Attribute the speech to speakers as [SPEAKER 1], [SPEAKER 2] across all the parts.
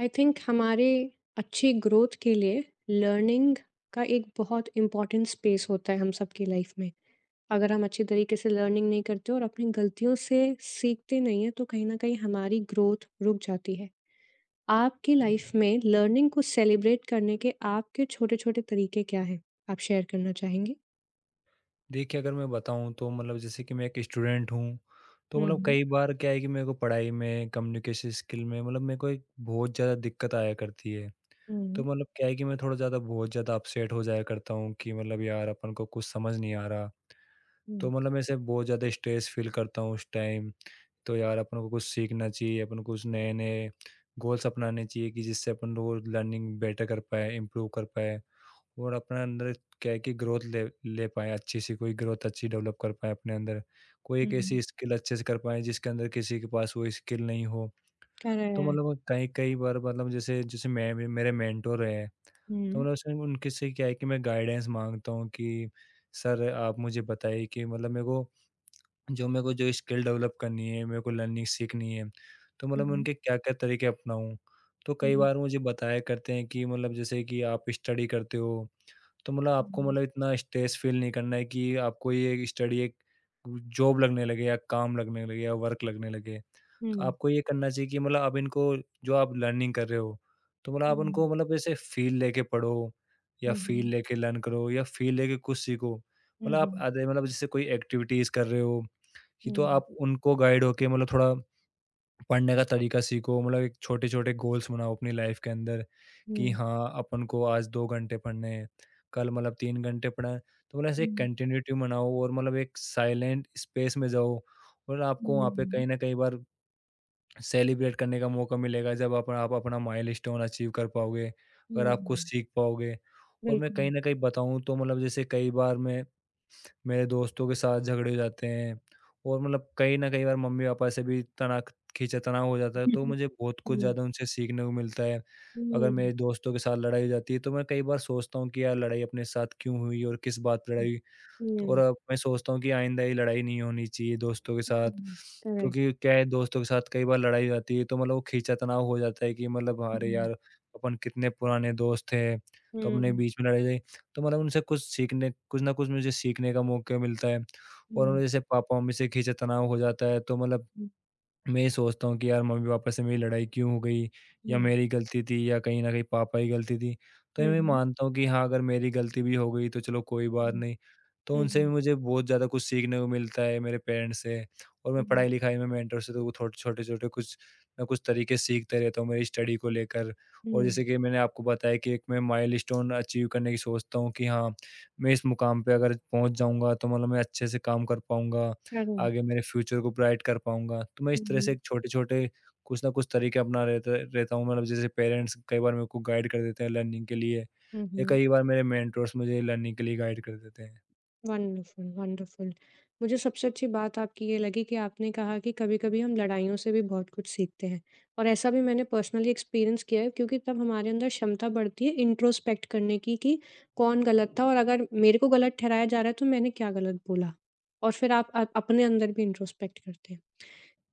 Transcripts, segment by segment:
[SPEAKER 1] I think हमारे अच्छी growth के लिए लर्निंग का एक बहुत इम्पोर्टेंट स्पेस होता है हम सबकी लाइफ में। अगर हम अच्छे तरीके से लर्निंग नहीं करते और अपनी गलतियों से सीखते नहीं हैं, तो कहीं न कहीं हमारी ग्रोथ रुक जाती है। आपकी लाइफ में लर्निंग को सेलिब्रेट करने के आपके छोटे-छोटे तरीके क्या हैं? आप शेयर करना चाहेंगे?
[SPEAKER 2] देखिए, अगर मैं बताऊँ तो मतलब जैसे कि मैं एक स्टूडेंट हूँ, तो मतलब
[SPEAKER 1] हुँ,
[SPEAKER 2] कई बार क्या है कि मेरे को पढ़ाई में, कम्युनिकेशन स्किल में मतलब मेरे को एक बहुत ज़्यादा दिक्कत आया करती है। तो
[SPEAKER 1] हुँ,
[SPEAKER 2] मतलब क्या है कि मैं थोड़ा ज़्यादा बहुत ज़्यादा अपसेट हो जाया करता हूँ कि मतलब यार अपन को कुछ समझ नहीं आ रहा।
[SPEAKER 1] हुँ,
[SPEAKER 2] तो मतलब मैं ऐसे बहुत ज़्यादा स्ट्रेस फ़ील करता हूँ उस टाइम। तो यार अपन को कुछ सीखना चाहिए, अपन को कुछ नए-नए गोल्स अपनाने चाहिए कि जिससे अपन रोज़ लर्निंग बेटर कर पाएँ, इम्प्रूव कर पाएँ। और अपने अंदर क्या है कि ग्रोथ ले ले पाएँ, अच्छी-सी कोई ग्रोथ अच्छी डेवलप कर पाएँ अपने अंदर। कोई
[SPEAKER 1] हुँ,
[SPEAKER 2] एक ऐसी स्किल अच्छे से कर पाएँ जिसके अंदर किसी के पास वो स्किल नहीं हो। तो
[SPEAKER 1] करेक्ट।
[SPEAKER 2] मतलब कई कई बार मतलब जैसे जैसे मैं भी मेरे मेंटर हैं, तो
[SPEAKER 1] हुँ,
[SPEAKER 2] मतलब उसमें उनके से क्या है कि मैं गाइडेंस माँगता हूँ कि सर आप मुझे बताइए कि मतलब मेरे को जो स्किल डेवलप करनी है, मेरे को लर्निंग सीखनी है, तो
[SPEAKER 1] हुँ,
[SPEAKER 2] मतलब मैं
[SPEAKER 1] हुँ,
[SPEAKER 2] उनके क्या-क्या तरीके अपनाऊँ? तो कई
[SPEAKER 1] हुँ,
[SPEAKER 2] बार मुझे बताया करते हैं कि मतलब जैसे कि आप स्टडी करते हो तो मतलब आपको
[SPEAKER 1] हुँ,
[SPEAKER 2] मतलब इतना स्ट्रेस फील नहीं करना है कि आपको ये एक स्टडी एक जॉब लगने लगे या काम लगने लगे या वर्क लगने लगे। तो
[SPEAKER 1] हुँ,
[SPEAKER 2] आपको ये करना चाहिए कि मतलब आप इनको जो आप लर्निंग कर रहे हो, तो मतलब आप उनको मतलब ऐसे फील लेके पढ़ो या फील
[SPEAKER 1] हुँ,
[SPEAKER 2] लेके लर्न करो या फील लेके कुछ सीखो।
[SPEAKER 1] हुँ,
[SPEAKER 2] मतलब आप
[SPEAKER 1] हुँ,
[SPEAKER 2] आधे मतलब जैसे कोई एक्टिविटीज़ कर रहे हो कि तो
[SPEAKER 1] हुँ,
[SPEAKER 2] आप उनको गाइड होके मतलब थोड़ा पढ़ने का तरीका सीखो मतलब एक छोटे-छोटे गोल्स बनाओ अपनी लाइफ के अंदर कि
[SPEAKER 1] हुँ।
[SPEAKER 2] हाँ, अपन को आज 2 घंटे पढ़ने हैं, कल मतलब 3 घंटे पढ़ा है। तो मतलब ऐसे एक
[SPEAKER 1] हुँ।
[SPEAKER 2] कंटिन्यूटी बनाओ और मतलब एक साइलेंट स्पेस में जाओ और आपको वहाँ पे
[SPEAKER 1] हुँ,
[SPEAKER 2] कहीं न कहीं बार सेलिब्रेट करने का मौका मिलेगा जब आप अपना माइलस्टोन अचीव कर पाओगे, अगर
[SPEAKER 1] हुँ,
[SPEAKER 2] आप कुछ सीख पाओगे। और मैं
[SPEAKER 1] बिल्कुल।
[SPEAKER 2] कहीं न कहीं बताऊँ तो मतलब जैसे कई बार मैं मेरे दोस्तों के साथ झगड़े हो जाते हैं और मतलब कहीं न कई बार मम्मी-पापा से भी तना खींचा तनाव हो जाता है, तो मुझे बहुत कुछ
[SPEAKER 1] हुँ,
[SPEAKER 2] ज़्यादा उनसे सीखने को मिलता है। अगर
[SPEAKER 1] हुँ,
[SPEAKER 2] मेरे दोस्तों के साथ लड़ाई हो जाती है, तो मैं कई बार सोचता हूँ कि यार लड़ाई अपने साथ क्यों हुई और किस बात पे
[SPEAKER 1] हुँ,
[SPEAKER 2] लड़ाई हुई? तो और
[SPEAKER 1] हुँ,
[SPEAKER 2] अब मैं सोचता हूँ कि आइंदा ये लड़ाई नहीं होनी चाहिए दोस्तों के साथ,
[SPEAKER 1] हुँ, करेक्ट।
[SPEAKER 2] क्योंकि क्या है दोस्तों के साथ कई बार लड़ाई हो जाती है तो मतलब वो खींचा-तनाव हो जाता है कि मतलब
[SPEAKER 1] हुँ,
[SPEAKER 2] अरे
[SPEAKER 1] हुँ,
[SPEAKER 2] यार! अपन कितने पुराने दोस्त थे, तो
[SPEAKER 1] हुँ,
[SPEAKER 2] अपने बीच में लड़ाई हो गई। तो मतलब उनसे कुछ सीखने कुछ ना कुछ मुझे सीखने का मौका मिलता है
[SPEAKER 1] हुँ,
[SPEAKER 2] और जैसे पापा-मम्मी से खींचा-तनाव हो जाता है तो मतलब
[SPEAKER 1] हुँ,
[SPEAKER 2] मैं ये सोचता हूँ कि यार मम्मी-पापा से मेरी लड़ाई क्यों हो गई? या
[SPEAKER 1] हुँ,
[SPEAKER 2] मेरी गलती थी या कहीं न कहीं पापा की गलती थी। तो
[SPEAKER 1] हुँ,
[SPEAKER 2] मैं मानता हूँ कि हाँ, अगर मेरी गलती भी हो गई तो चलो कोई बात
[SPEAKER 1] हुँ,
[SPEAKER 2] नहीं। तो उनसे भी मुझे बहुत ज़्यादा कुछ सीखने को मिलता है मेरे पेरेंट्स से और मैं
[SPEAKER 1] हुँ,
[SPEAKER 2] पढ़ाई-लिखाई में मेंटर से तो वो थोड़े छोटे-छोटे कुछ ना कुछ तरीके सीखते रहता हूँ मेरी स्टडी को लेकर।
[SPEAKER 1] हुँ,
[SPEAKER 2] और जैसे कि मैंने आपको बताया कि एक मैं माइलस्टोन अचीव करने की सोचता हूँ कि हाँ, मैं इस मुकाम पे अगर पहुँच जाऊँगा तो मतलब मैं अच्छे से काम कर पाऊँगा।
[SPEAKER 1] करेक्ट।
[SPEAKER 2] आगे मेरे फ्यूचर को ब्राइट कर पाऊँगा। तो मैं
[SPEAKER 1] हुँ,
[SPEAKER 2] इस तरह
[SPEAKER 1] हुँ,
[SPEAKER 2] से छोटे-छोटे कुछ ना कुछ तरीके अपना रहता रहता हूँ मतलब जैसे पेरेंट्स कई बार मेरे को गाइड कर देते हैं लर्निंग के लिए
[SPEAKER 1] हुँ,
[SPEAKER 2] या
[SPEAKER 1] हुँ।
[SPEAKER 2] कई बार मेरे मेंटोर्स मुझे लर्निंग के लिए गाइड कर देते हैं।
[SPEAKER 1] Wonderful, wonderful. मुझे सबसे अच्छी बात आपकी ये लगी कि आपने कहा कि कभी-कभी हम लड़ाइयों से भी बहुत कुछ सीखते हैं और ऐसा भी मैंने पर्सनली एक्सपीरियंस किया है क्योंकि तब हमारे अंदर क्षमता बढ़ती है इंट्रोस्पेक्ट करने की कि कौन गलत था और अगर मेरे को गलत ठहराया जा रहा है तो मैंने क्या गलत बोला। और फिर आप अपने अंदर भी इंट्रोस्पेक्ट करते हैं।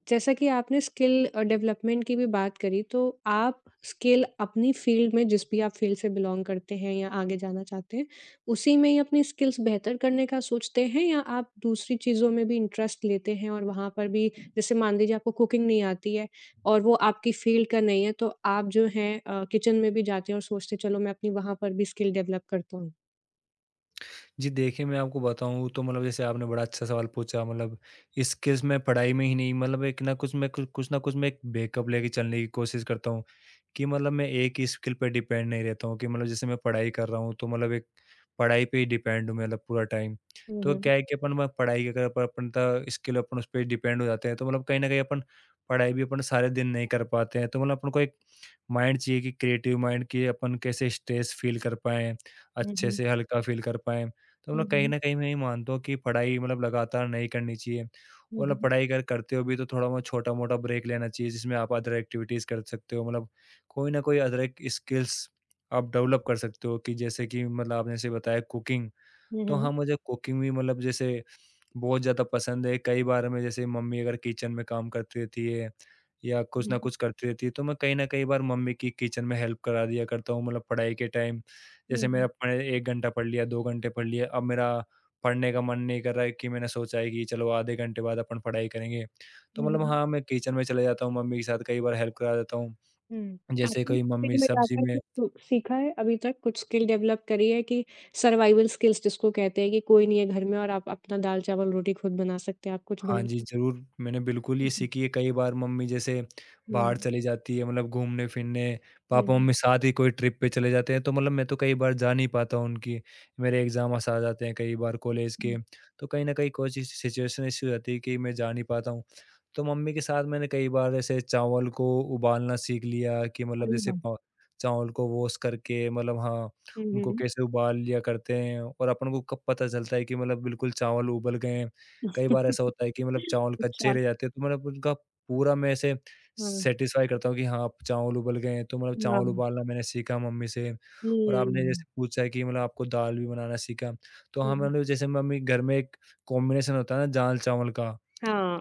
[SPEAKER 1] जैसा कि आपने स्किल डेवलपमेंट की भी बात करी, तो आप स्किल अपनी फ़ील्ड में जिस भी आप फ़ील्ड से बिलॉन्ग करते हैं या आगे जाना चाहते हैं, उसी में ही अपनी स्किल्स बेहतर करने का सोचते हैं या आप दूसरी चीज़ों में भी इंटरेस्ट लेते हैं और वहाँ पर भी जैसे मान लीजिए आपको कुकिंग नहीं आती है और वो आपकी फ़ील्ड का नहीं है, तो आप जो हैं किचन में भी जाते हैं और सोचते हैं चलो मैं अपनी वहाँ पर भी स्किल डेवलप करता हूँ?
[SPEAKER 2] जी, देखिए मैं आपको बताऊँ तो मतलब जैसे आपने बड़ा अच्छा सवाल पूछा मतलब स्किल्स मैं पढ़ाई में ही नहीं मतलब एक ना कुछ मैं कुछ कुछ ना कुछ मैं एक बैकअप लेके चलने की कोशिश करता हूँ, कि मतलब मैं एक ही स्किल पे डिपेंड नहीं रहता हूँ कि मतलब जैसे मैं पढ़ाई कर रहा हूँ तो मतलब एक पढ़ाई पे ही डिपेंड हूँ मतलब पूरा टाइम।
[SPEAKER 1] हुँ,
[SPEAKER 2] तो
[SPEAKER 1] हुँ।
[SPEAKER 2] क्या है कि अपन म पढ़ाई के अगर अपन त स्किल अपन उस पे डिपेंड हो जाते हैं तो मतलब कहीं न कहीं अपन पढ़ाई भी अपन सारे दिन नहीं कर पाते हैं। तो मतलब अपन को एक माइंड चाहिए कि क्रिएटिव माइंड कि अपन कैसे स्ट्रेस फ़ील कर पाएँ,
[SPEAKER 1] हुँ,
[SPEAKER 2] अच्छे
[SPEAKER 1] हुँ।
[SPEAKER 2] से हल्का फ़ील कर पाएँ। तो
[SPEAKER 1] हुँ,
[SPEAKER 2] मतलब कहीं
[SPEAKER 1] हुँ।
[SPEAKER 2] न कहीं मैं ये मानता हूँ कि पढ़ाई मतलब लगातार नहीं करनी चाहिए
[SPEAKER 1] हुँ,
[SPEAKER 2] और मतलब
[SPEAKER 1] हुँ।
[SPEAKER 2] पढ़ाई अगर करते हो भी तो थोड़ा-बहुत छोटा-मोटा ब्रेक लेना चाहिए जिसमें आप अदर एक्टिविटीज़ कर सकते हो मतलब कोई न कोई अदर एक स्किल्स आप डेवलप कर सकते हो कि जैसे कि मतलब आपने जैसे बताया कुकिंग,
[SPEAKER 1] हुँ,
[SPEAKER 2] तो
[SPEAKER 1] हुँ।
[SPEAKER 2] हाँ, मुझे कुकिंग भी मतलब जैसे बहुत ज़्यादा पसंद है। कई बार मैं जैसे मम्मी अगर किचन में काम करती रहती है या कुछ ना
[SPEAKER 1] हुँ,
[SPEAKER 2] कुछ करती रहती है, तो मैं कहीं न कई बार मम्मी की किचन में हेल्प करा दिया करता हूँ। मतलब पढ़ाई के टाइम जैसे
[SPEAKER 1] हुँ।
[SPEAKER 2] मेरा मैंने 1 घंटा पढ़ लिया, 2 घंटे पढ़ लिया, अब मेरा पढ़ने का मन नहीं कर रहा है कि मैंने सोचा है कि चलो आधे घंटे बाद अपन पढ़ाई करेंगे। तो
[SPEAKER 1] हुँ,
[SPEAKER 2] मतलब
[SPEAKER 1] हुँ।
[SPEAKER 2] हाँ, मैं किचन में चले जाता हूँ, मम्मी के साथ कई बार हेल्प करा देता हूँ।
[SPEAKER 1] हुँ।
[SPEAKER 2] जैसे
[SPEAKER 1] आपने
[SPEAKER 2] कोई
[SPEAKER 1] फील्ड
[SPEAKER 2] मम्मी
[SPEAKER 1] में
[SPEAKER 2] सब्ज़ी
[SPEAKER 1] जाकर
[SPEAKER 2] में।
[SPEAKER 1] कुछ सीखा है अभी तक? कुछ स्किल डेवलप करी है कि सर्वाइवल स्किल्स जिसको कहते हैं कि कोई नहीं है घर में और आप अपना दाल-चावल, रोटी खुद बना सकते हैं, आप कुछ बना
[SPEAKER 2] हाँ जी,
[SPEAKER 1] सकते
[SPEAKER 2] ज़रूर। मैंने बिल्कुल ये
[SPEAKER 1] हैं?
[SPEAKER 2] सीखी है कई बार मम्मी जैसे बाहर
[SPEAKER 1] हुँ,
[SPEAKER 2] चली जाती है मतलब घूमने-फिरने,
[SPEAKER 1] हुँ,
[SPEAKER 2] पापा-मम्मी साथ ही कोई ट्रिप पे चले जाते हैं तो मतलब मैं तो कई बार जा नहीं पाता हूँ उनकी। मेरे एग्ज़ाम्स आ जाते हैं कई बार कॉलेज के,
[SPEAKER 1] हुँ।
[SPEAKER 2] तो कहीं न कहीं कोई सिचुएशन ऐसी हो जाती है कि मैं जा नहीं पाता हूँ। तो मम्मी के साथ मैंने कई बार ऐसे चावल को उबालना सीख लिया कि मतलब
[SPEAKER 1] अरे
[SPEAKER 2] जैसे
[SPEAKER 1] वाह!
[SPEAKER 2] प चावल को वॉश करके मतलब हाँ,
[SPEAKER 1] हुँ,
[SPEAKER 2] उनको
[SPEAKER 1] हुँ।
[SPEAKER 2] कैसे उबाल लिया करते हैं और अपन को कब पता चलता है कि मतलब बिल्कुल चावल उबल गए हैं। कई बार ऐसा होता है कि मतलब चावल कच्चे
[SPEAKER 1] अच्छा,
[SPEAKER 2] रह जाते हैं तो मतलब उनका पूरा मैं ऐसे
[SPEAKER 1] हाँ,
[SPEAKER 2] सैटिस्फाई करता हूँ कि हाँ, अब चावल उबल गए हैं, तो मतलब चावल
[SPEAKER 1] वाह!
[SPEAKER 2] उबालना मैंने सीखा मम्मी से और आपने
[SPEAKER 1] हुँ,
[SPEAKER 2] जैसे पूछा कि मतलब आपको दाल भी बनाना सीखा, तो हाँ,
[SPEAKER 1] हुँ।
[SPEAKER 2] मतलब जैसे मम्मी घर में एक कॉम्बिनेशन होता है ना दाल-चावल का,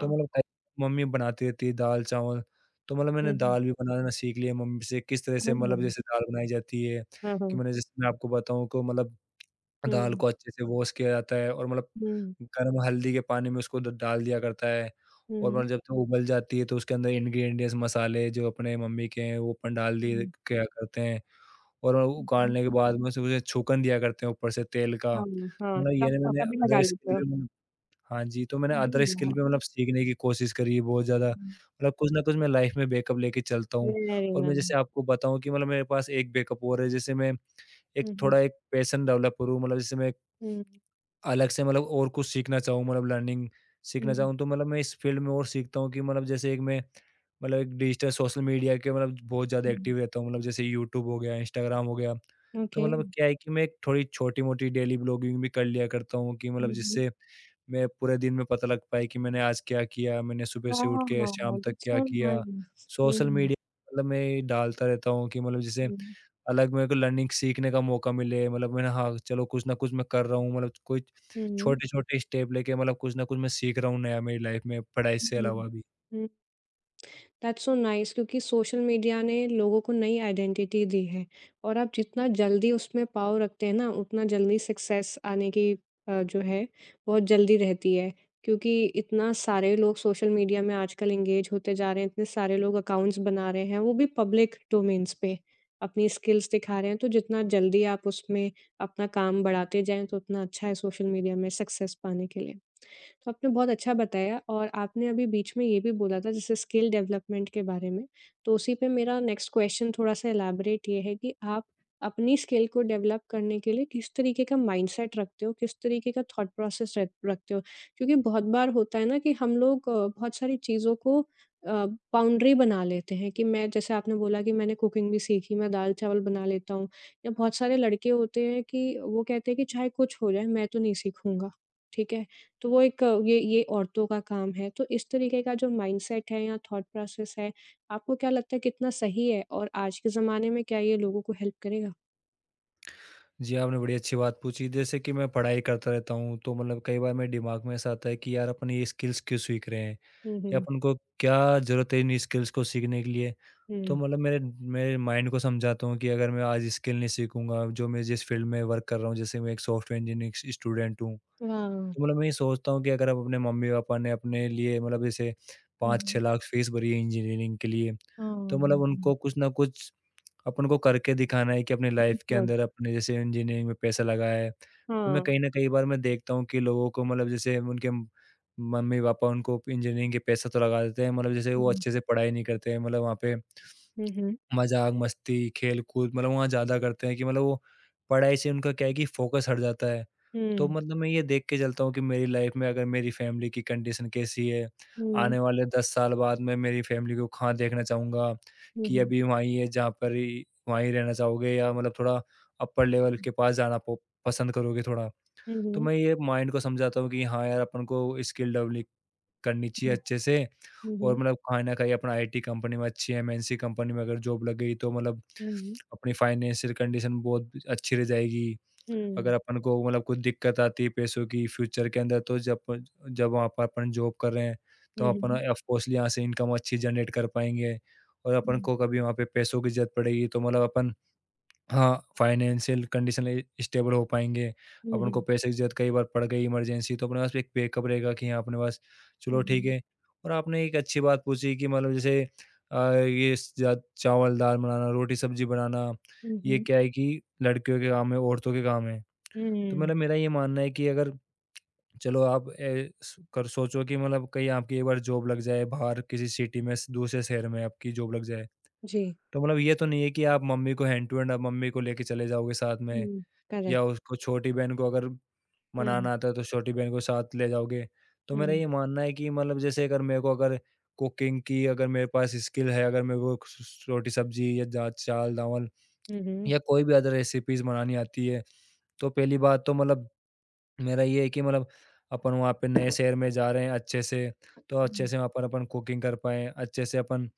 [SPEAKER 2] तो मतलब कई मम्मी बनाती रहती है दाल-चावल, तो मतलब मैंने
[SPEAKER 1] हुँ।
[SPEAKER 2] दाल भी बनाना सीख लिया मम्मी से, किस तरह
[SPEAKER 1] अरे
[SPEAKER 2] से मतलब
[SPEAKER 1] वाह!
[SPEAKER 2] जैसे दाल बनाई जाती है,
[SPEAKER 1] हाँ,
[SPEAKER 2] कि
[SPEAKER 1] हाँ।
[SPEAKER 2] मैंने जैसे मैं आपको बताऊँ को मतलब दाल
[SPEAKER 1] हुँ,
[SPEAKER 2] को अच्छे से वॉश किया जाता है और मतलब
[SPEAKER 1] हुँ,
[SPEAKER 2] गर्म हल्दी के पानी में उसको द डाल दिया करता है और
[SPEAKER 1] हुँ,
[SPEAKER 2] मतलब जब तक उबल जाती है तो उसके अंदर इंग्रीडिएंट्स मसाले जो अपने मम्मी के हैं वो अपन डाल दिए
[SPEAKER 1] हुँ,
[SPEAKER 2] किया करते हैं और वो
[SPEAKER 1] हुँ।
[SPEAKER 2] उगाड़ने के बाद में उसे उसे छौंकन दिया करते हैं ऊपर से तेल का।
[SPEAKER 1] हाँ,
[SPEAKER 2] तो
[SPEAKER 1] हाँ,
[SPEAKER 2] मतलब ये
[SPEAKER 1] तब
[SPEAKER 2] ना मैंने
[SPEAKER 1] पता भी लगा
[SPEAKER 2] अदर
[SPEAKER 1] लेते
[SPEAKER 2] स्किल
[SPEAKER 1] हो।
[SPEAKER 2] भी मैंने हाँ जी, तो मैंने
[SPEAKER 1] अरे
[SPEAKER 2] अदर स्किल
[SPEAKER 1] वाह!
[SPEAKER 2] भी मतलब सीखने की कोशिश करी है बहुत ज़्यादा।
[SPEAKER 1] हुँ,
[SPEAKER 2] मतलब कुछ ना कुछ मैं लाइफ़ में बैकअप लेके चलता हूँ
[SPEAKER 1] वेरी
[SPEAKER 2] और मैं
[SPEAKER 1] नाइस।
[SPEAKER 2] जैसे आपको बताऊँ कि मतलब मेरे पास एक बैकअप और है जैसे मैं एक
[SPEAKER 1] Mhm.
[SPEAKER 2] थोड़ा एक पैशन डेवलप करूँ मतलब जैसे मैं
[SPEAKER 1] Mm.
[SPEAKER 2] अलग से मतलब और कुछ सीखना चाहूँ मतलब लर्निंग सीखना
[SPEAKER 1] Mm,
[SPEAKER 2] चाहूँ तो मतलब मैं इस फील्ड में और सीखता हूँ कि मतलब जैसे एक मैं मतलब एक डिजिटल सोशल मीडिया के मतलब बहुत ज़्यादा
[SPEAKER 1] hmm.
[SPEAKER 2] एक्टिव रहता हूँ मतलब जैसे यूट्यूब हो गया इंस्टाग्राम हो गया तो
[SPEAKER 1] Okay.
[SPEAKER 2] मतलब क्या है कि मैं एक थोड़ी छोटी मोटी डेली ब्लॉगिंग भी कर लिया करता हूँ कि मतलब
[SPEAKER 1] Mhm.
[SPEAKER 2] जिससे मैं पूरे दिन में पता लग पाए कि मैंने आज क्या किया मैंने सुबह से उठ के
[SPEAKER 1] Wow,
[SPEAKER 2] शाम तक
[SPEAKER 1] that's
[SPEAKER 2] क्या
[SPEAKER 1] so
[SPEAKER 2] किया
[SPEAKER 1] nice.
[SPEAKER 2] सोशल
[SPEAKER 1] Mm,
[SPEAKER 2] मीडिया मतलब मैं डालता रहता हूँ कि मतलब जैसे
[SPEAKER 1] mm,
[SPEAKER 2] अलग मेरे को लर्निंग सीखने का मौका मिले मतलब मैंने हाँ चलो कुछ ना कुछ मैं कर रहा हूँ मतलब कोई
[SPEAKER 1] hmm.
[SPEAKER 2] छोटे-छोटे स्टेप लेके मतलब कुछ ना कुछ मैं सीख रहा हूँ नया मेरी लाइफ में पढ़ाई से
[SPEAKER 1] Mm,
[SPEAKER 2] अलावा भी।
[SPEAKER 1] mm. दैट्स सो नाइस क्योंकि सोशल मीडिया ने लोगों को नई आइडेंटिटी दी है और आप जितना जल्दी उसमें पाँव रखते हैं ना, उतना जल्दी सक्सेस आने की जो है बहुत जल्दी रहती है। क्योंकि इतना सारे लोग सोशल मीडिया में आजकल एंगेज होते जा रहे हैं, इतने सारे लोग अकाउंट्स बना रहे हैं, वो भी पब्लिक डोमेन्स पे अपनी स्किल्स दिखा रहे हैं, तो जितना जल्दी आप उसमें अपना काम बढ़ाते जाएँ, तो उतना अच्छा है सोशल मीडिया में सक्सेस पाने के लिए। तो आपने बहुत अच्छा बताया और आपने अभी बीच में ये भी बोला था जैसे स्किल डेवलपमेंट के बारे में, तो उसी पे मेरा नेक्स्ट क्वेश्चन थोड़ा-सा एलाबोरेट ये है कि आप अपनी स्किल को डेवलप करने के लिए किस तरीके का माइंडसेट रखते हो? किस तरीके का थॉट प्रोसेस रख रखते हो? क्योंकि बहुत बार होता है ना कि हम लोग बहुत सारी चीज़ों को बाउंड्री बना लेते हैं कि मैं जैसे आपने बोला कि मैंने कुकिंग भी सीखी, मैं दाल-चावल बना लेता हूँ या बहुत सारे लड़के होते हैं कि वो कहते हैं कि चाहे कुछ हो जाए मैं तो नहीं सीखूँगा, ठीक है? तो वो एक ये औरतों का काम है। तो इस तरीके का जो माइंडसेट है या थॉट प्रोसेस है, आपको क्या लगता है कितना सही है? और आज के ज़माने में क्या ये लोगों को हेल्प करेगा?
[SPEAKER 2] जी, हाँ, आपने बड़ी अच्छी बात पूछी जैसे कि मैं पढ़ाई करता रहता हूँ तो मतलब कई बार मेरे दिमाग में ऐसा आता है कि यार अपन ये स्किल्स क्यों सीख रहे हैं?
[SPEAKER 1] हुँ,
[SPEAKER 2] या
[SPEAKER 1] हुँ,
[SPEAKER 2] अपन को क्या ज़रूरत है इन स्किल्स को सीखने के लिए? तो
[SPEAKER 1] हुँ।
[SPEAKER 2] मतलब मेरे मेरे माइंड को समझाता हूँ कि अगर मैं आज स्किल नहीं सीखूँगा जो मैं जिस फील्ड में वर्क कर रहा हूँ, जैसे मैं एक सॉफ्टवेयर इंजीनियरिंग स्टूडेंट हूँ।
[SPEAKER 1] वाह!
[SPEAKER 2] तो मतलब मैं ये सोचता हूँ कि अगर अब अपने मम्मी-पापा ने अपने लिए मतलब जैसे
[SPEAKER 1] हुँ,
[SPEAKER 2] 5-6
[SPEAKER 1] हुँ।
[SPEAKER 2] लाख फीस भरी है इंजीनियरिंग के लिए,
[SPEAKER 1] हाँ,
[SPEAKER 2] तो मतलब
[SPEAKER 1] हुँ, हुँ।
[SPEAKER 2] उनको कुछ ना कुछ अपन को करके दिखाना है कि अपनी लाइफ के अंदर अपने जैसे इंजीनियरिंग में पैसा लगाया है। तो मैं
[SPEAKER 1] हाँ।
[SPEAKER 2] कहीं न कहीं बार मैं देखता हूँ कि लोगों को मतलब जैसे उनके मम्मी-पापा उनको इंजीनियरिंग के पैसा तो लगा देते हैं, मतलब जैसे वो
[SPEAKER 1] हुँ,
[SPEAKER 2] अच्छे से पढ़ाई नहीं करते हैं, मतलब वहाँ पे
[SPEAKER 1] हुँ, हुँ,
[SPEAKER 2] मज़ाक, मस्ती, खेल-कूद मतलब वहाँ ज़्यादा करते हैं कि मतलब वो पढ़ाई से उनका क्या है कि फ़ोकस हट जाता है। तो
[SPEAKER 1] हुँ,
[SPEAKER 2] मतलब मैं ये देख के चलता हूँ कि मेरी लाइफ़ में अगर मेरी फ़ैमिली की कंडीशन कैसी है,
[SPEAKER 1] हुँ,
[SPEAKER 2] आने वाले 10 साल बाद मैं मेरी फ़ैमिली को कहाँ देखना चाहूँगा,
[SPEAKER 1] हुँ,
[SPEAKER 2] कि
[SPEAKER 1] हुँ।
[SPEAKER 2] अभी वहीं है जहाँ पर ही वहीं रहना चाहोगे या मतलब थोड़ा अपर लेवल के पास जाना पो पसंद करोगे थोड़ा।
[SPEAKER 1] हुँ,
[SPEAKER 2] तो
[SPEAKER 1] हुँ,
[SPEAKER 2] मैं ये माइंड को समझाता हूँ कि हाँ यार, अपन को स्किल डेवली करनी चाहिए
[SPEAKER 1] हुँ,
[SPEAKER 2] अच्छे से,
[SPEAKER 1] हुँ,
[SPEAKER 2] और
[SPEAKER 1] हुँ,
[SPEAKER 2] मतलब कहीं न कहीं अपना आईटी कंपनी में, अच्छी एमएनसी कंपनी में अगर जॉब लग गई, तो मतलब
[SPEAKER 1] हुँ,
[SPEAKER 2] अपनी फाइनेंशियल कंडीशन बहुत अच्छी रह जाएगी।
[SPEAKER 1] हुँ, हुँ,
[SPEAKER 2] अगर
[SPEAKER 1] हुँ,
[SPEAKER 2] अपन को मतलब कुछ दिक्कत आती है पैसों की फ्यूचर के अंदर, तो जब वहाँ पर अपन जॉब कर रहे हैं,
[SPEAKER 1] हुँ,
[SPEAKER 2] तो
[SPEAKER 1] हुँ,
[SPEAKER 2] अपन
[SPEAKER 1] हुँ,
[SPEAKER 2] ऑफ कोर्स यहाँ से इनकम अच्छी जनरेट कर पाएँगे, और अपन को कभी वहाँ पे पैसों की ज़रूरत पड़ेगी तो मतलब अपन, हाँ, फाइनेंशियल कंडीशन ए स्टेबल हो पाएँगे। अब उनको पैसे की ज़रूरत कई बार पड़ गई इमरजेंसी, तो अपने पास एक बैकअप रहेगा कि हाँ, अपने पास
[SPEAKER 1] हुँ,
[SPEAKER 2] चलो ठीक है। और आपने एक अच्छी बात पूछी कि मतलब जैसे ये स जा चावल दाल बनाना, रोटी सब्ज़ी बनाना, ये
[SPEAKER 1] हुँ,
[SPEAKER 2] क्या है कि लड़कियों के काम है, औरतों के काम है।
[SPEAKER 1] हुँ,
[SPEAKER 2] तो
[SPEAKER 1] हुँ,
[SPEAKER 2] मतलब मेरा ये मानना है कि अगर, चलो आप ए, स कर सोचो कि मतलब कहीं आपकी एक बार जॉब लग जाए बाहर, किसी सिटी में, स दूसरे शहर में आपकी जॉब लग जाए।
[SPEAKER 1] जी।
[SPEAKER 2] तो मतलब ये तो नहीं है कि आप मम्मी को हैंड टू हैंड, आप मम्मी को लेके चले जाओगे साथ में।
[SPEAKER 1] हुँ, करेक्ट।
[SPEAKER 2] या उसको, छोटी बहन को अगर
[SPEAKER 1] हुँ,
[SPEAKER 2] मनाना आता है तो छोटी बहन को साथ ले जाओगे। तो
[SPEAKER 1] हुँ,
[SPEAKER 2] मेरा ये मानना है कि मतलब जैसे, अगर मेरे को, अगर कुकिंग की अगर मेरे पास स्किल है, अगर मेरे को स रोटी सब्ज़ी या दा चाल-दावल
[SPEAKER 1] हुँ, हुँ,
[SPEAKER 2] या कोई भी अदर रेसिपीज़ बनानी आती है, तो पहली बात तो मतलब, मेरा ये है कि मतलब अपन वहाँ पे नए शहर में जा रहे हैं अच्छे से, तो अच्छे
[SPEAKER 1] हुँ।
[SPEAKER 2] से वहाँ पर अपन कुकिंग कर पाएँ, अच्छे से अपन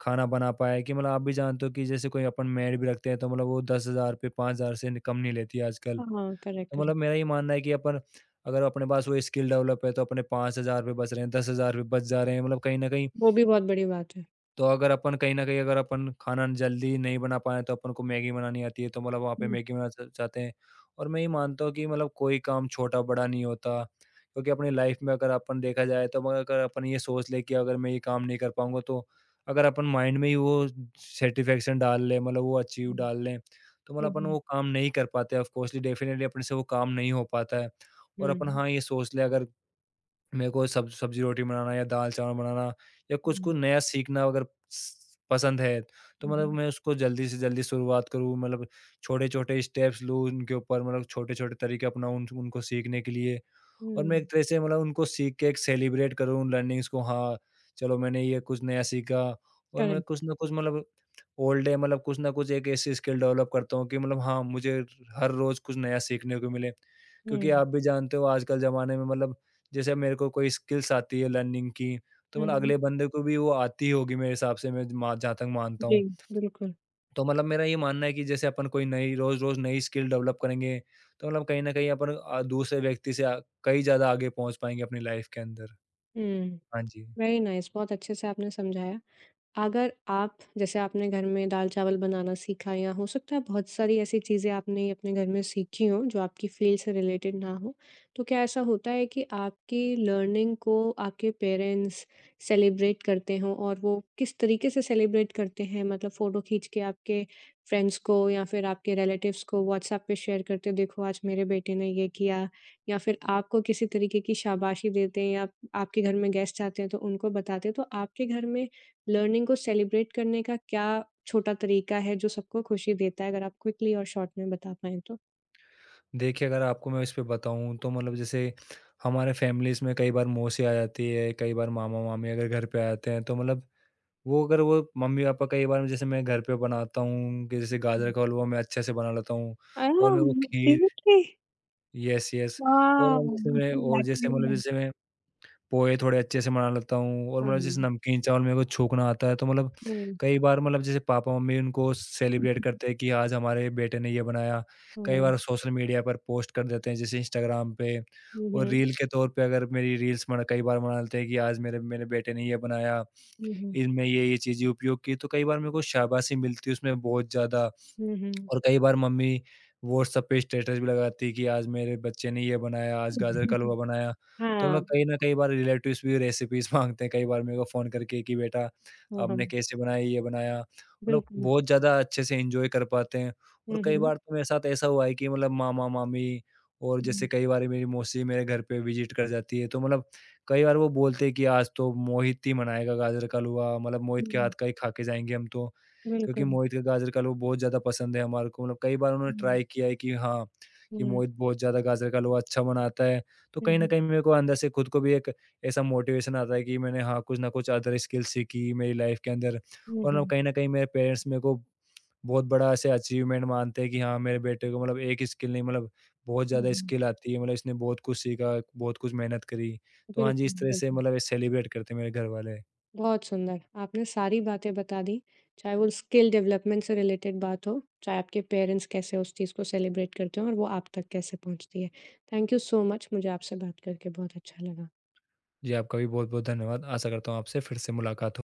[SPEAKER 2] खाना बना पाएँ, कि मतलब आप भी जानते हो कि जैसे कोई अपन मेड भी रखते हैं तो मतलब वो ₹10,000 5,000 से कम नहीं लेती है आजकल।
[SPEAKER 1] हाँ, करेक्ट,
[SPEAKER 2] तो मतलब
[SPEAKER 1] करेक्ट।
[SPEAKER 2] मेरा ये मानना है कि अपन, अगर अपने पास वो स्किल डेवलप है तो अपने ₹5,000 बच रहे हैं, ₹10,000 बच जा रहे हैं। मतलब कहीं न कहीं,
[SPEAKER 1] वो भी बहुत बड़ी बात है।
[SPEAKER 2] तो अगर अपन कहीं न कहीं, अगर अपन खाना जल्दी नहीं बना पाएँ तो अपन को मैगी बनानी आती है तो मतलब वहाँ पे
[SPEAKER 1] हुँ,
[SPEAKER 2] मैगी बनाना च चाहते हैं। और मैं ये मानता हूँ कि मतलब कोई काम छोटा-बड़ा नहीं होता, क्योंकि अपनी लाइफ में अगर अपन देखा जाए, तो अगर अगर अपन ये सोच लें कि अगर मैं ये काम नहीं कर पाऊँगा, तो अगर अपन माइंड में ही वो सैटिस्फैक्शन डाल लें, मतलब वो अचीव
[SPEAKER 1] हुँ।
[SPEAKER 2] डाल लें, तो
[SPEAKER 1] हुँ,
[SPEAKER 2] मतलब अपन
[SPEAKER 1] हुँ,
[SPEAKER 2] वो काम नहीं कर पाते, ऑफ़ कोर्सली डेफ़िनिटली अपने से वो काम नहीं हो पाता है। और अपन
[SPEAKER 1] हुँ,
[SPEAKER 2] हाँ, ये सोच लें, अगर मेरे को सब सब्जी रोटी बनाना, या दाल चावल बनाना या कुछ-कुछ नया सीखना अगर स पसंद है, तो
[SPEAKER 1] हुँ,
[SPEAKER 2] मतलब
[SPEAKER 1] हुँ,
[SPEAKER 2] मैं उसको जल्दी से जल्दी शुरुआत करूँ, मतलब छोटे-छोटे स्टेप्स लूँ उनके ऊपर, मतलब छोटे-छोटे तरीके अपनाऊँ उन उनको सीखने के लिए। और मैं
[SPEAKER 1] हुँ,
[SPEAKER 2] एक तरह से मतलब उनको सीख के एक सेलिब्रेट करूँ उन लर्निंग्स को। हाँ, चलो मैंने ये कुछ नया सीखा, और मैं
[SPEAKER 1] करेक्ट।
[SPEAKER 2] कुछ ना कुछ मतलब ऑल डे, मतलब कुछ ना कुछ एक ऐसी स्किल डेवलप करता हूँ कि मतलब हाँ, मुझे हर रोज़ कुछ नया सीखने को मिले। क्योंकि
[SPEAKER 1] हुँ,
[SPEAKER 2] आप भी जानते हो आजकल ज़माने में, मतलब जैसे मेरे को कोई स्किल्स आती है लर्निंग की, तो मतलब
[SPEAKER 1] हुँ,
[SPEAKER 2] अगले बंदे को भी वो आती होगी, मेरे हिसाब से मैं ज मा जहाँ तक मानता
[SPEAKER 1] जी,
[SPEAKER 2] हूँ।
[SPEAKER 1] बिल्कुल।
[SPEAKER 2] तो मतलब मेरा ये मानना है कि जैसे अपन कोई नई, रोज़-रोज़ नई स्किल डेवलप करेंगे, तो मतलब कहीं न कहीं अपन दूसरे व्यक्ति से कहीं ज़्यादा आगे पहुँच पाएँगे अपनी लाइफ़ के अंदर।
[SPEAKER 1] हुँ,
[SPEAKER 2] हाँ जी।
[SPEAKER 1] वेरी नाइस बहुत अच्छे से आपने समझाया। अगर आप जैसे आपने घर में दाल-चावल बनाना सीखा या हो सकता है बहुत सारी ऐसी चीज़ें आपने अपने घर में सीखी हों जो आपकी फ़ील्ड से रिलेटेड ना हो, तो क्या ऐसा होता है कि आपकी लर्निंग को आपके पेरेंट्स सेलिब्रेट करते हों और वो किस तरीके से सेलिब्रेट करते हैं? मतलब फ़ोटो खींच के आपके फ्रेंड्स को या फिर आपके रिलेटिव्स को व्हाट्सएप पे शेयर करते, देखो आज मेरे बेटे ने ये किया या फिर आपको किसी तरीके की शाबाशी देते हैं या आपके घर में गेस्ट आते हैं तो उनको बताते हैं, तो आपके घर में लर्निंग को सेलिब्रेट करने का क्या छोटा तरीका है जो सबको खुशी देता है? अगर आप क्विकली और शॉर्ट में बता पाएँ तो?
[SPEAKER 2] देखिए, अगर आपको मैं इस पे बताऊँ, तो मतलब जैसे हमारे फैमिलीज़ में कई बार मौसी आ जाती है, कई बार मामा-मामी अगर घर पे आ जाते हैं, तो मतलब वो, अगर वो मम्मी-पापा, कई बार जैसे मैं घर पे बनाता हूँ, कि जैसे गाजर
[SPEAKER 1] हुँ।
[SPEAKER 2] का हलवा मैं अच्छे से बना लेता हूँ,
[SPEAKER 1] ओह!
[SPEAKER 2] और मैं वो खीर,
[SPEAKER 1] सीरियसली?
[SPEAKER 2] यस, यस, और
[SPEAKER 1] वाओ!
[SPEAKER 2] मतलब जैसे
[SPEAKER 1] I'm
[SPEAKER 2] मैं,
[SPEAKER 1] so
[SPEAKER 2] और
[SPEAKER 1] glad to
[SPEAKER 2] जैसे
[SPEAKER 1] hear
[SPEAKER 2] मतलब
[SPEAKER 1] that.
[SPEAKER 2] जैसे मैं पोहे थोड़े अच्छे से बना लेता हूँ, और मतलब जैसे
[SPEAKER 1] हाँ।
[SPEAKER 2] नमकीन चावल मेरे को छोंकना आता है, तो मतलब
[SPEAKER 1] हुँ,
[SPEAKER 2] कई बार मतलब जैसे पापा-मम्मी उनको सेलिब्रेट करते हैं, कि आज हमारे बेटे ने ये बनाया। कई
[SPEAKER 1] हाँ।
[SPEAKER 2] बार सोशल मीडिया पर पोस्ट कर देते हैं, जैसे इंस्टाग्राम पे,
[SPEAKER 1] हुँ,
[SPEAKER 2] और
[SPEAKER 1] हुँ।
[SPEAKER 2] रील के तौर पे अगर मेरी रील्स बना कई बार बना लेते हैं कि आज मेरे मेरे बेटे ने ये बनाया,
[SPEAKER 1] हुँ, हुँ।
[SPEAKER 2] इसमें ये-ये चीज़ें उपयोग की, तो कई बार मेरे को शाबाशी मिलती है उसमें बहुत ज़्यादा।
[SPEAKER 1] हुँ, हुँ।
[SPEAKER 2] और कई बार मम्मी व्हाट्सएप पे स्टेटस भी लगाती है कि आज मेरे बच्चे ने ये बनाया, आज गाजर का हलवा बनाया। तो हम लोग
[SPEAKER 1] हाँ,
[SPEAKER 2] कहीं न, कई बार रिलेटिव्स भी रेसिपीज़ माँगते हैं, कई बार मेरे को फ़ोन करके कि बेटा
[SPEAKER 1] हाँ, हाँ।
[SPEAKER 2] आपने कैसे बनाया, ये बनाया। मतलब
[SPEAKER 1] बिल्कुल।
[SPEAKER 2] बहुत ज़्यादा अच्छे से एन्जॉय कर पाते हैं। और
[SPEAKER 1] हुँ,
[SPEAKER 2] कई
[SPEAKER 1] हुँ।
[SPEAKER 2] बार तो मेरे साथ ऐसा हुआ है कि मतलब मामा-मामी, और जैसे
[SPEAKER 1] हुँ।
[SPEAKER 2] कई बार मेरी मौसी मेरे घर पे विज़िट कर जाती है, तो मतलब कई बार वो बोलते हैं कि आज तो मोहित ही बनाएगा गाजर का हलवा, मतलब मोहित के हाथ
[SPEAKER 1] हुँ,
[SPEAKER 2] का ही खा के जाएँगे हम तो। क्योंकि
[SPEAKER 1] बिल्कुल।
[SPEAKER 2] मोहित का गाजर का हलवा बहुत ज़्यादा पसंद है हमारे को, मतलब कई बार उन्होंने
[SPEAKER 1] हुँ।
[SPEAKER 2] ट्राई किया है कि हाँ, कि
[SPEAKER 1] हुँ,
[SPEAKER 2] मोहित बहुत ज़्यादा गाजर का हलवा अच्छा बनाता है। तो
[SPEAKER 1] हुँ,
[SPEAKER 2] कहीं न
[SPEAKER 1] हुँ।
[SPEAKER 2] कहीं मेरे को अंदर से खुद को भी एक ऐसा मोटिवेशन आता है कि मैंने, हाँ, कुछ न कुछ अदर स्किल सीखी मेरी लाइफ़ के अंदर,
[SPEAKER 1] हुँ,
[SPEAKER 2] और ना
[SPEAKER 1] हुँ।
[SPEAKER 2] कहीं न कहीं मेरे पेरेंट्स मेरे को बहुत बड़ा ऐसे अचीवमेंट मानते हैं कि हाँ, मेरे बेटे को मतलब एक स्किल नहीं, मतलब बहुत
[SPEAKER 1] हुँ,
[SPEAKER 2] ज़्यादा
[SPEAKER 1] हुँ।
[SPEAKER 2] स्किल आती है, मतलब इसने बहुत कुछ सीखा, बहुत कुछ मेहनत करी। तो हाँ जी,
[SPEAKER 1] बिल्कुल,
[SPEAKER 2] इस तरह से
[SPEAKER 1] बिल्कुल।
[SPEAKER 2] मतलब ये सेलिब्रेट करते हैं मेरे घरवाले।
[SPEAKER 1] बहुत सुंदर। आपने सारी बातें बता दी, चाहे वो स्किल डेवलपमेंट से रिलेटेड बात हो, चाहे आपके पेरेंट्स कैसे उस चीज़ को सेलिब्रेट करते हैं और वो आप तक कैसे पहुँचती है। थैंक यू सो मच मुझे आपसे बात करके बहुत अच्छा लगा।
[SPEAKER 2] जी, आपका भी बहुत-बहुत धन्यवाद। आशा करता हूँ आपसे फिर से मुलाकात हो।